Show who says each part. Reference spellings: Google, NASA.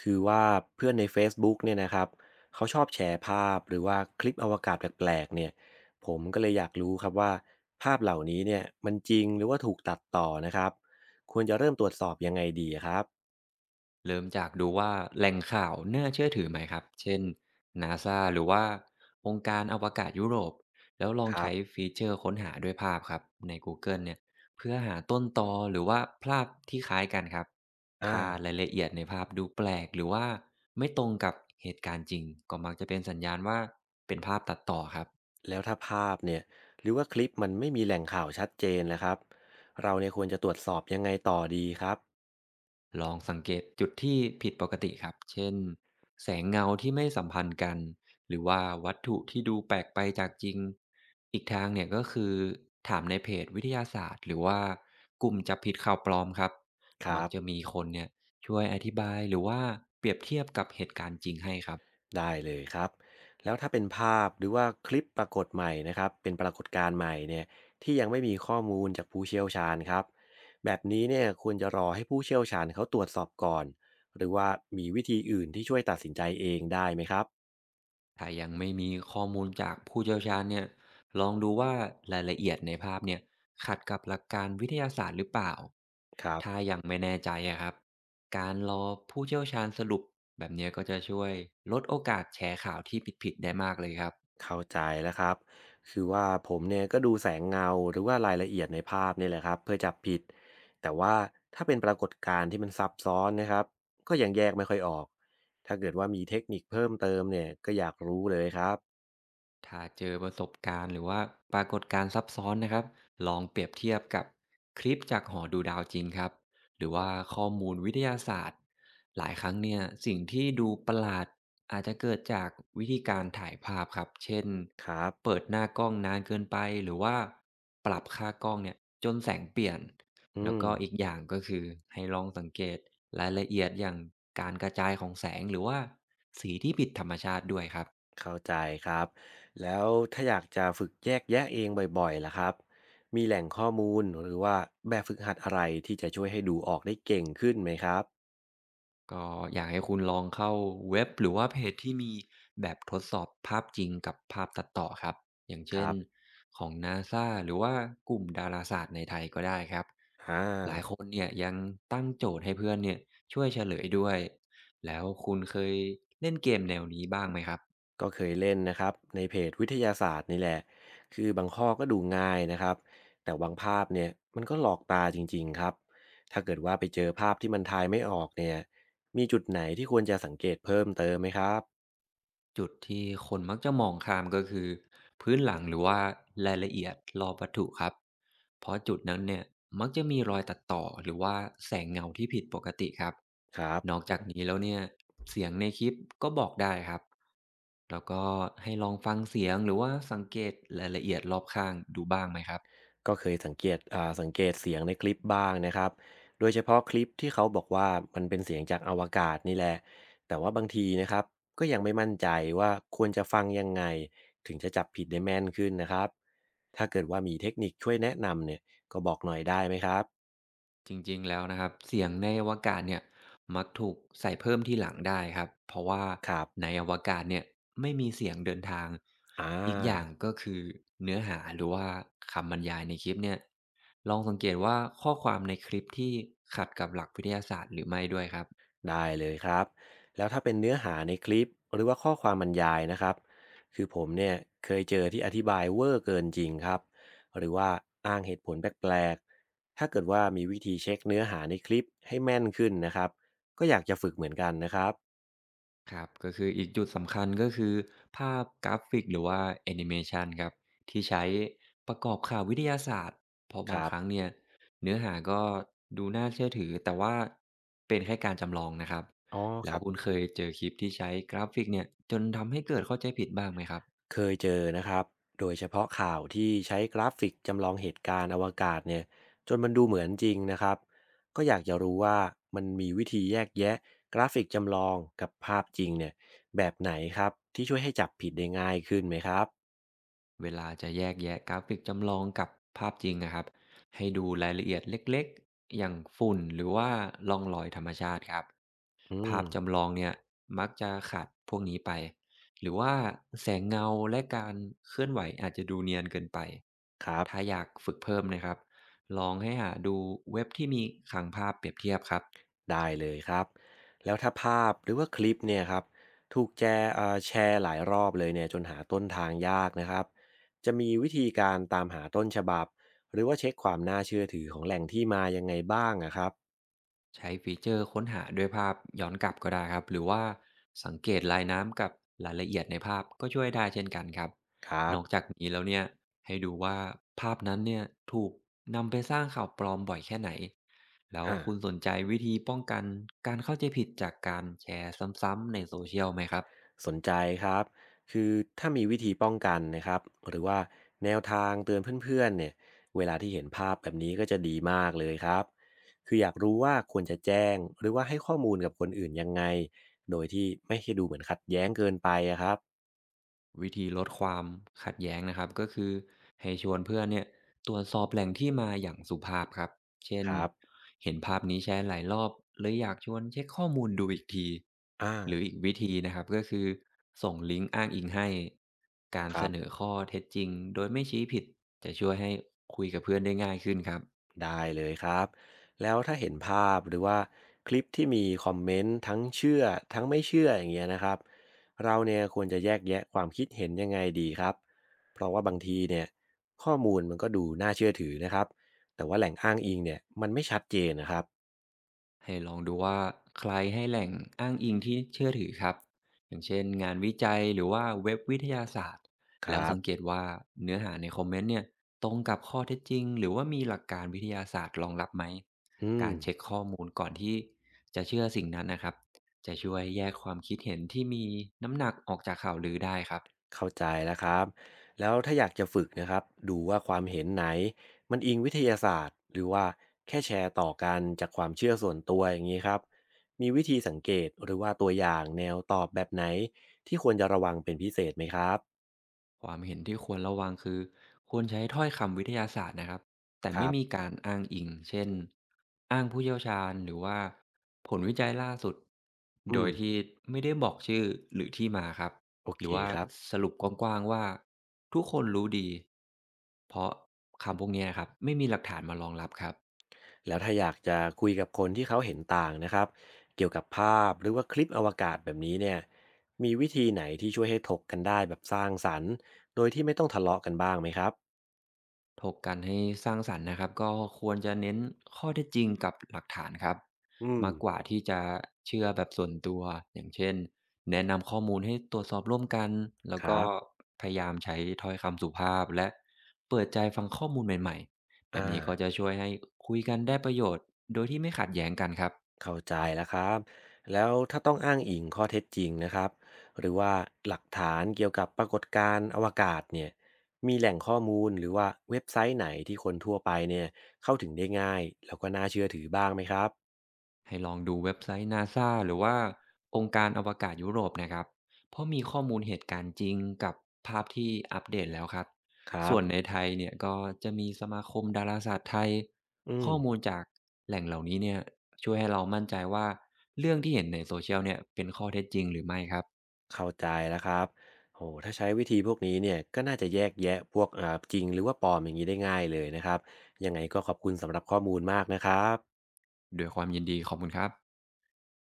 Speaker 1: คือว่าเพื่อนใน Facebook เนี่ยนะครับเขาชอบแชร์ภาพหรือว่าคลิปอวกาศแปลกๆเนี่ยผมก็เลยอยากรู้ครับว่าภาพเหล่านี้เนี่ยมันจริงหรือว่าถูกตัดต่อนะครับควรจะเริ่มตรวจสอบยังไงดีครับ
Speaker 2: เริ่มจากดูว่าแหล่งข่าวน่าเชื่อถือไหมครับเช่น NASA หรือว่าองค์การอวกาศยุโรปแล้วลอง
Speaker 1: ครั
Speaker 2: ใช้
Speaker 1: บ
Speaker 2: ฟีเจอร์ค้นหาด้วยภาพครับใน Google เกิลเนี่ยเพื่อหาต้นตอหรือว่าภาพที่คล้ายกันครับ
Speaker 1: อ่
Speaker 2: ถ้า
Speaker 1: า
Speaker 2: รายละเอียดในภาพดูแปลกหรือว่าไม่ตรงกับเหตุการณ์จริงก็มักจะเป็นสัญญาณว่าเป็นภาพตัดต่อครับ
Speaker 1: แล้วถ้าภาพเนี่ยหรือว่าคลิปมันไม่มีแหล่งข่าวชัดเจนนะครับเราเนี่ยควรจะตรวจสอบยังไงต่อดีครับ
Speaker 2: ลองสังเกตจุดที่ผิดปกติครับ เช่นแสงเงาที่ไม่สัมพันธ์กัน หรือว่าวัตถุที่ดูแปลกไปจากจริง อีกทางเนี่ยก็คือถามในเพจวิทยาศาสตร์หรือว่ากลุ่มจับผิดข่าวปลอมครับ
Speaker 1: ค
Speaker 2: มั
Speaker 1: รั
Speaker 2: ก
Speaker 1: บ
Speaker 2: จะมีคนเนี่ยช่วยอธิบายหรือว่าเปรียบเทียบกับเหตุการณ์จริงให้ครับ
Speaker 1: ได้เลยครับแล้วถ้าเป็นภาพหรือว่าคลิปปรากฏใหม่นะครับเป็นปรากฏการณ์ใหม่เนี่ยที่ยังไม่มีข้อมูลจากผู้เชี่ยวชาญครับแบบนี้เนี่ยควรจะรอให้ผู้เชี่ยวชาญเขาตรวจสอบก่อนหรือว่ามีวิธีอื่นที่ช่วยตัดสินใจเองได้ไหมครับ
Speaker 2: ถ้ายังไม่มีข้อมูลจากผู้เชี่ยวชาญเนี่ยลองดูว่ารายละเอียดในภาพเนี่ยขัดกับหลักการวิทยาศาสตร์หรือเปล่า
Speaker 1: ครับ
Speaker 2: ถ้ายังไม่แน่ใจอะครับ การรอผู้เชี่ยวชาญสรุปแบบเนี้ยก็จะช่วยลดโอกาสแชร์ข่าวที่ผิดๆได้มากเลยครับ
Speaker 1: เข้าใจแล้วครับคือว่าผมเนี่ยก็ดูแสงเงาหรือว่ารายละเอียดในภาพนี่แหละครับเพื่อจับผิดแต่ว่าถ้าเป็นปรากฏการณ์ที่มันซับซ้อนนะครับก็ยังแยกไม่ค่อยออกถ้าเกิดว่ามีเทคนิคเพิ่มเติมเนี่ยก็อยากรู้เลยครับ
Speaker 2: ถ้าเจอประสบการณ์หรือว่าปรากฏการณ์ซับซ้อนนะครับลองเปรียบเทียบกับคลิปจากหอดูดาวจริงครับหรือว่าข้อมูลวิทยาศาสตร์หลายครั้งเนี่ยสิ่งที่ดูประหลาดอาจจะเกิดจากวิธีการถ่ายภาพครับเช่น
Speaker 1: ครับ
Speaker 2: เปิดหน้ากล้องนานเกินไปหรือว่าปรับค่ากล้องเนี่ยจนแสงเปลี่ยน
Speaker 1: อื
Speaker 2: แล้ว
Speaker 1: ม
Speaker 2: ก็อีกอย่างก็คือให้ลองสังเกตรายละเอียดอย่างการกระจายของแสงหรือว่าสีที่ผิดธรรมชาติด้วยครับ
Speaker 1: เข้าใจครับแล้วถ้าอยากจะฝึกแยกแยะเองบ่อยๆล่ะครับมีแหล่งข้อมูลหรือว่าแบบฝึกหัดอะไรที่จะช่วยให้ดูออกได้เก่งขึ้นไหมครับ
Speaker 2: ก็อยากให้คุณลองเข้าเว็บหรือว่าเพจที่มีแบบทดสอบภาพจริงกับภาพตัดต่อครับอย่าง
Speaker 1: ค
Speaker 2: เช่น
Speaker 1: รับ
Speaker 2: ของ NASA หรือว่ากลุ่มดาราศาสตร์ในไทยก็ได้ครับ
Speaker 1: อ่า
Speaker 2: หลายคนเนี่ยยังตั้งโจทย์ให้เพื่อนเนี่ยช่วยเฉลยด้วยแล้วคุณเคยเล่นเกมแนวนี้บ้างไหมครับ
Speaker 1: ก็เคยเล่นนะครับในเพจวิทยาศาสตร์นี่แหละคือบางข้อก็ดูง่ายนะครับแต่บางภาพเนี่ยมันก็หลอกตาจริงๆครับถ้าเกิดว่าไปเจอภาพที่มันทายไม่ออกเนี่ยมีจุดไหนที่ควรจะสังเกตเพิ่มเติมไหมครับ
Speaker 2: จุดที่คนมักจะมองข้ามก็คือพื้นหลังหรือว่ารายละเอียดรอบวัตถุครับเพราะจุดนั้นเนี่ยมักจะมีรอยตัดต่อหรือว่าแสงเงาที่ผิดปกติครับ
Speaker 1: ครับ
Speaker 2: นอกจากนี้แล้วเนี่ยเสียงในคลิปก็บอกได้ครับแล้วก็ให้ลองฟังเสียงหรือว่าสังเกตรายละเอียดรอบข้างดูบ้างไหมครับ
Speaker 1: ก็เคยสังเกตสังเกตเสียงในคลิปบ้างนะครับโดยเฉพาะคลิปที่เขาบอกว่ามันเป็นเสียงจากอวกาศนี่แหละ แต่ว่าบางทีนะครับก็ยังไม่มั่นใจว่าควรจะฟังยังไงถึงจะจับผิดได้แม่นขึ้นนะครับถ้าเกิดว่ามีเทคนิคช่วยแนะนำเนี่ยก็บอกหน่อยได้ไหมครับ
Speaker 2: จริงๆ แล้วนะครับเสียงในอวกาศเนี่ยมักถูกใส่เพิ่มที่หลังได้ครับเพราะว่า
Speaker 1: ครั
Speaker 2: ใน
Speaker 1: บ
Speaker 2: อวกาศเนี่ยไม่มีเสียงเดินทาง
Speaker 1: อ่
Speaker 2: อีกอย่าง
Speaker 1: า
Speaker 2: ก็คือเนื้อหาหรือว่าคำบรรยายในคลิปเนี่ยลองสังเกตว่าข้อความในคลิปที่ขัดกับหลักวิทยาศาสตร์หรือไม่ด้วยครับ
Speaker 1: ได้เลยครับแล้วถ้าเป็นเนื้อหาในคลิปหรือว่าข้อความบรรยายนะครับคือผมเนี่ยเคยเจอที่อธิบายเวอร์เกินจริงครับหรือว่าอ้างเหตุผลแปลกๆถ้าเกิดว่ามีวิธีเช็คเนื้อหาในคลิปให้แม่นขึ้นนะครับก็อยากจะฝึกเหมือนกันนะครับ
Speaker 2: ครับก็คืออีกจุดสำคัญก็คือภาพกราฟิกหรือว่าแอนิเมชันครับที่ใช้ประกอบข่าววิทยาศาสตร์เพราะ
Speaker 1: ค
Speaker 2: บาง
Speaker 1: รั
Speaker 2: ค
Speaker 1: บ
Speaker 2: รั้งเนี่ยเนื้อหาก็ดูน่าเชื่อถือแต่ว่าเป็นแค่การจำลองนะครับ
Speaker 1: อ๋อค
Speaker 2: แล้ว
Speaker 1: รั
Speaker 2: คุณ
Speaker 1: บ
Speaker 2: เคยเจอคลิปที่ใช้กราฟิกเนี่ยจนทำให้เกิดเข้าใจผิดบ้างไหมครับ
Speaker 1: เคยเจอนะครับโดยเฉพาะข่าวที่ใช้กราฟิกจำลองเหตุการณ์อวกาศเนี่ยจนมันดูเหมือนจริงนะครับ ก็อยากจะรู้ว่ามันมีวิธีแยกแยะกราฟิกจำลองกับภาพจริงเนี่ยแบบไหนครับที่ช่วยให้จับผิดได้ง่ายขึ้นไหมครับ
Speaker 2: เวลาจะแยกแยะกราฟิกจำลองกับภาพจริงนะครับให้ดูรายละเอียดเล็กๆอย่างฝุ่นหรือว่าร่องรอยธรรมชาติครับ
Speaker 1: อื
Speaker 2: ภา
Speaker 1: ม
Speaker 2: พจำลองเนี่ยมักจะขาดพวกนี้ไปหรือว่าแสงเงาและการเคลื่อนไหวอาจจะดูเนียนเกินไป
Speaker 1: ครับ
Speaker 2: ถ้าอยากฝึกเพิ่มนะครับลองให้หาดูเว็บที่มีขังภาพเปรียบเทียบครับ
Speaker 1: ได้เลยครับแล้วถ้าภาพหรือว่าคลิปเนี่ยครับถูกแชร์แชร์หลายรอบเลยเนี่ยจนหาต้นทางยากนะครับจะมีวิธีการตามหาต้นฉบับหรือว่าเช็คความน่าเชื่อถือของแหล่งที่มายังไงบ้างนะครับ
Speaker 2: ใช้ฟีเจอร์ค้นหาด้วยภาพย้อนกลับก็ได้ครับหรือว่าสังเกตลายน้ำกับรายละเอียดในภาพก็ช่วยได้เช่นกันครับ
Speaker 1: ครั
Speaker 2: น
Speaker 1: บ
Speaker 2: อกจากนี้แล้วเนี่ยให้ดูว่าภาพนั้นเนี่ยถูกนำไปสร้างข่าวปลอมบ่อยแค่ไหนแล้ว
Speaker 1: อ่า
Speaker 2: คุณสนใจวิธีป้องกันการเข้าใจผิดจากการแชร์ซ้ำๆในโซเชียลไหมครับ
Speaker 1: สนใจครับคือถ้ามีวิธีป้องกันนะครับหรือว่าแนวทางเตือนเพื่อนๆเนี่ยเวลาที่เห็นภาพแบบนี้ก็จะดีมากเลยครับ คืออยากรู้ว่าควรจะแจ้งหรือว่าให้ข้อมูลกับคนอื่นยังไง โดยที่ไม่ให้ดูเหมือนขัดแย้งเกินไปอะครับ
Speaker 2: วิธีลดความขัดแย้งนะครับก็คือให้ชวนเพื่อนเนี่ยตรวจสอบแหล่งที่มาอย่างสุภาพครับเช่น
Speaker 1: ครับ
Speaker 2: เห็นภาพนี้แชร์หลายรอบเลยอยากชวนเช็คข้อมูลดูอีกที
Speaker 1: อ่า
Speaker 2: หรืออีกวิธีนะครับก็คือส่งลิงก์อ้างอิงให้การ
Speaker 1: ค
Speaker 2: เส
Speaker 1: รับ
Speaker 2: นอข้อเท็จจริงโดยไม่ชี้ผิดจะช่วยให้คุยกับเพื่อนได้ง่ายขึ้นครับ
Speaker 1: ได้เลยครับแล้วถ้าเห็นภาพหรือว่าคลิปที่มีคอมเมนต์ทั้งเชื่อทั้งไม่เชื่ออย่างเงี้ยนะครับเราเนี่ยควรจะแยกแยะความคิดเห็นยังไงดีครับเพราะว่าบางทีเนี่ยข้อมูลมันก็ดูน่าเชื่อถือนะครับแต่ว่าแหล่งอ้างอิงเนี่ยมันไม่ชัดเจนนะครับ
Speaker 2: ให้ลองดูว่าใครให้แหล่งอ้างอิงที่เชื่อถือครับอย่างเช่นงานวิจัยหรือว่าเว็บวิทยาศาสตร์
Speaker 1: ค
Speaker 2: แล้ว
Speaker 1: รั
Speaker 2: สั
Speaker 1: บ
Speaker 2: งเกตว่าเนื้อหาในคอมเมนต์เนี่ยตรงกับข้อเท็จจริงหรือว่ามีหลักการวิทยาศาสตร์รองรับไหม
Speaker 1: อืม
Speaker 2: การเช็คข้อมูลก่อนที่จะเชื่อสิ่งนั้นนะครับจะช่วยแยกความคิดเห็นที่มีน้ำหนักออกจากข่าวลือได้ครับ
Speaker 1: เข้าใจแล้วครับแล้วถ้าอยากจะฝึกนะครับดูว่าความเห็นไหนมันอิงวิทยาศาสตร์หรือว่าแค่แชร์ต่อกันจากความเชื่อส่วนตัวอย่างนี้ครับมีวิธีสังเกตหรือว่าตัวอย่างแนวตอบแบบไหนที่ควรจะระวังเป็นพิเศษไหมครับ
Speaker 2: ความเห็นที่ควรระวังคือควรใช้ถ้อยคำวิทยาศาสตร์นะครับแต่
Speaker 1: ค
Speaker 2: ไม่
Speaker 1: รั
Speaker 2: มี
Speaker 1: บ
Speaker 2: การอ้างอิงเช่นอ้างผู้เชี่ยวชาญหรือว่าผลวิจัยล่าสุดโด
Speaker 1: อื
Speaker 2: ย
Speaker 1: ม
Speaker 2: ที่ไม่ได้บอกชื่อหรือที่มาครับ
Speaker 1: โอ
Speaker 2: ห
Speaker 1: เค
Speaker 2: รือว่า
Speaker 1: ครับ
Speaker 2: สรุปกว้างๆว่าทุกคนรู้ดีเพราะคำพวกเนี้ยครับไม่มีหลักฐานมารองรับครับ
Speaker 1: แล้วถ้าอยากจะคุยกับคนที่เขาเห็นต่างนะครับเกี่ยวกับภาพหรือว่าคลิปอวกาศแบบนี้เนี่ยมีวิธีไหนที่ช่วยให้ถกกันได้แบบสร้างสรรค์โดยที่ไม่ต้องทะเลาะกันบ้างไหมครับ
Speaker 2: ถกกันให้สร้างสรรค์นะครับก็ควรจะเน้นข้อเท็จจริงกับหลักฐานครับ
Speaker 1: อืม
Speaker 2: มากกว่าที่จะเชื่อแบบส่วนตัวอย่างเช่นแนะนำข้อมูลให้ตรวจสอบร่วมกันแล้ว
Speaker 1: ค
Speaker 2: ก็
Speaker 1: รับ
Speaker 2: พยายามใช้ถ้อยคำสุภาพและเปิดใจฟังข้อมูลใหม่ๆแบ
Speaker 1: อ่า
Speaker 2: บนี้ก็จะช่วยให้คุยกันได้ประโยชน์โดยที่ไม่ขัดแย้งกันครับ
Speaker 1: เข้าใจแล้วครับแล้วถ้าต้องอ้างอิงข้อเท็จจริงนะครับหรือว่าหลักฐานเกี่ยวกับปรากฏการณ์อวกาศเนี่ยมีแหล่งข้อมูลหรือว่าเว็บไซต์ไหนที่คนทั่วไปเนี่ยเข้าถึงได้ง่ายแล้วก็น่าเชื่อถือบ้างไหมครับ
Speaker 2: ให้ลองดูเว็บไซต์ NASA หรือว่าองค์การอวกาศยุโรปนะครับเพราะมีข้อมูลเหตุการณ์จริงกับภาพที่อัปเดตแล้วครับ
Speaker 1: ครั
Speaker 2: ส่วนใน
Speaker 1: บ
Speaker 2: ไทยเนี่ยก็จะมีสมาคมดาราศาสตร์ไทย
Speaker 1: อืม
Speaker 2: ข้อมูลจากแหล่งเหล่านี้เนี่ยช่วยให้เรามั่นใจว่าเรื่องที่เห็นในโซเชียลเนี่ยเป็นข้อเท็จจริงหรือไม่ครับ
Speaker 1: เข้าใจแล้วครับโหถ้าใช้วิธีพวกนี้เนี่ยก็น่าจะแยกแยะพวกอ่าจริงหรือว่าปลอมอย่างนี้ได้ง่ายเลยนะครับยังไงก็ขอบคุณสำหรับข้อมูลมากนะครับ
Speaker 2: ด้วยความยินดีขอบคุณครับ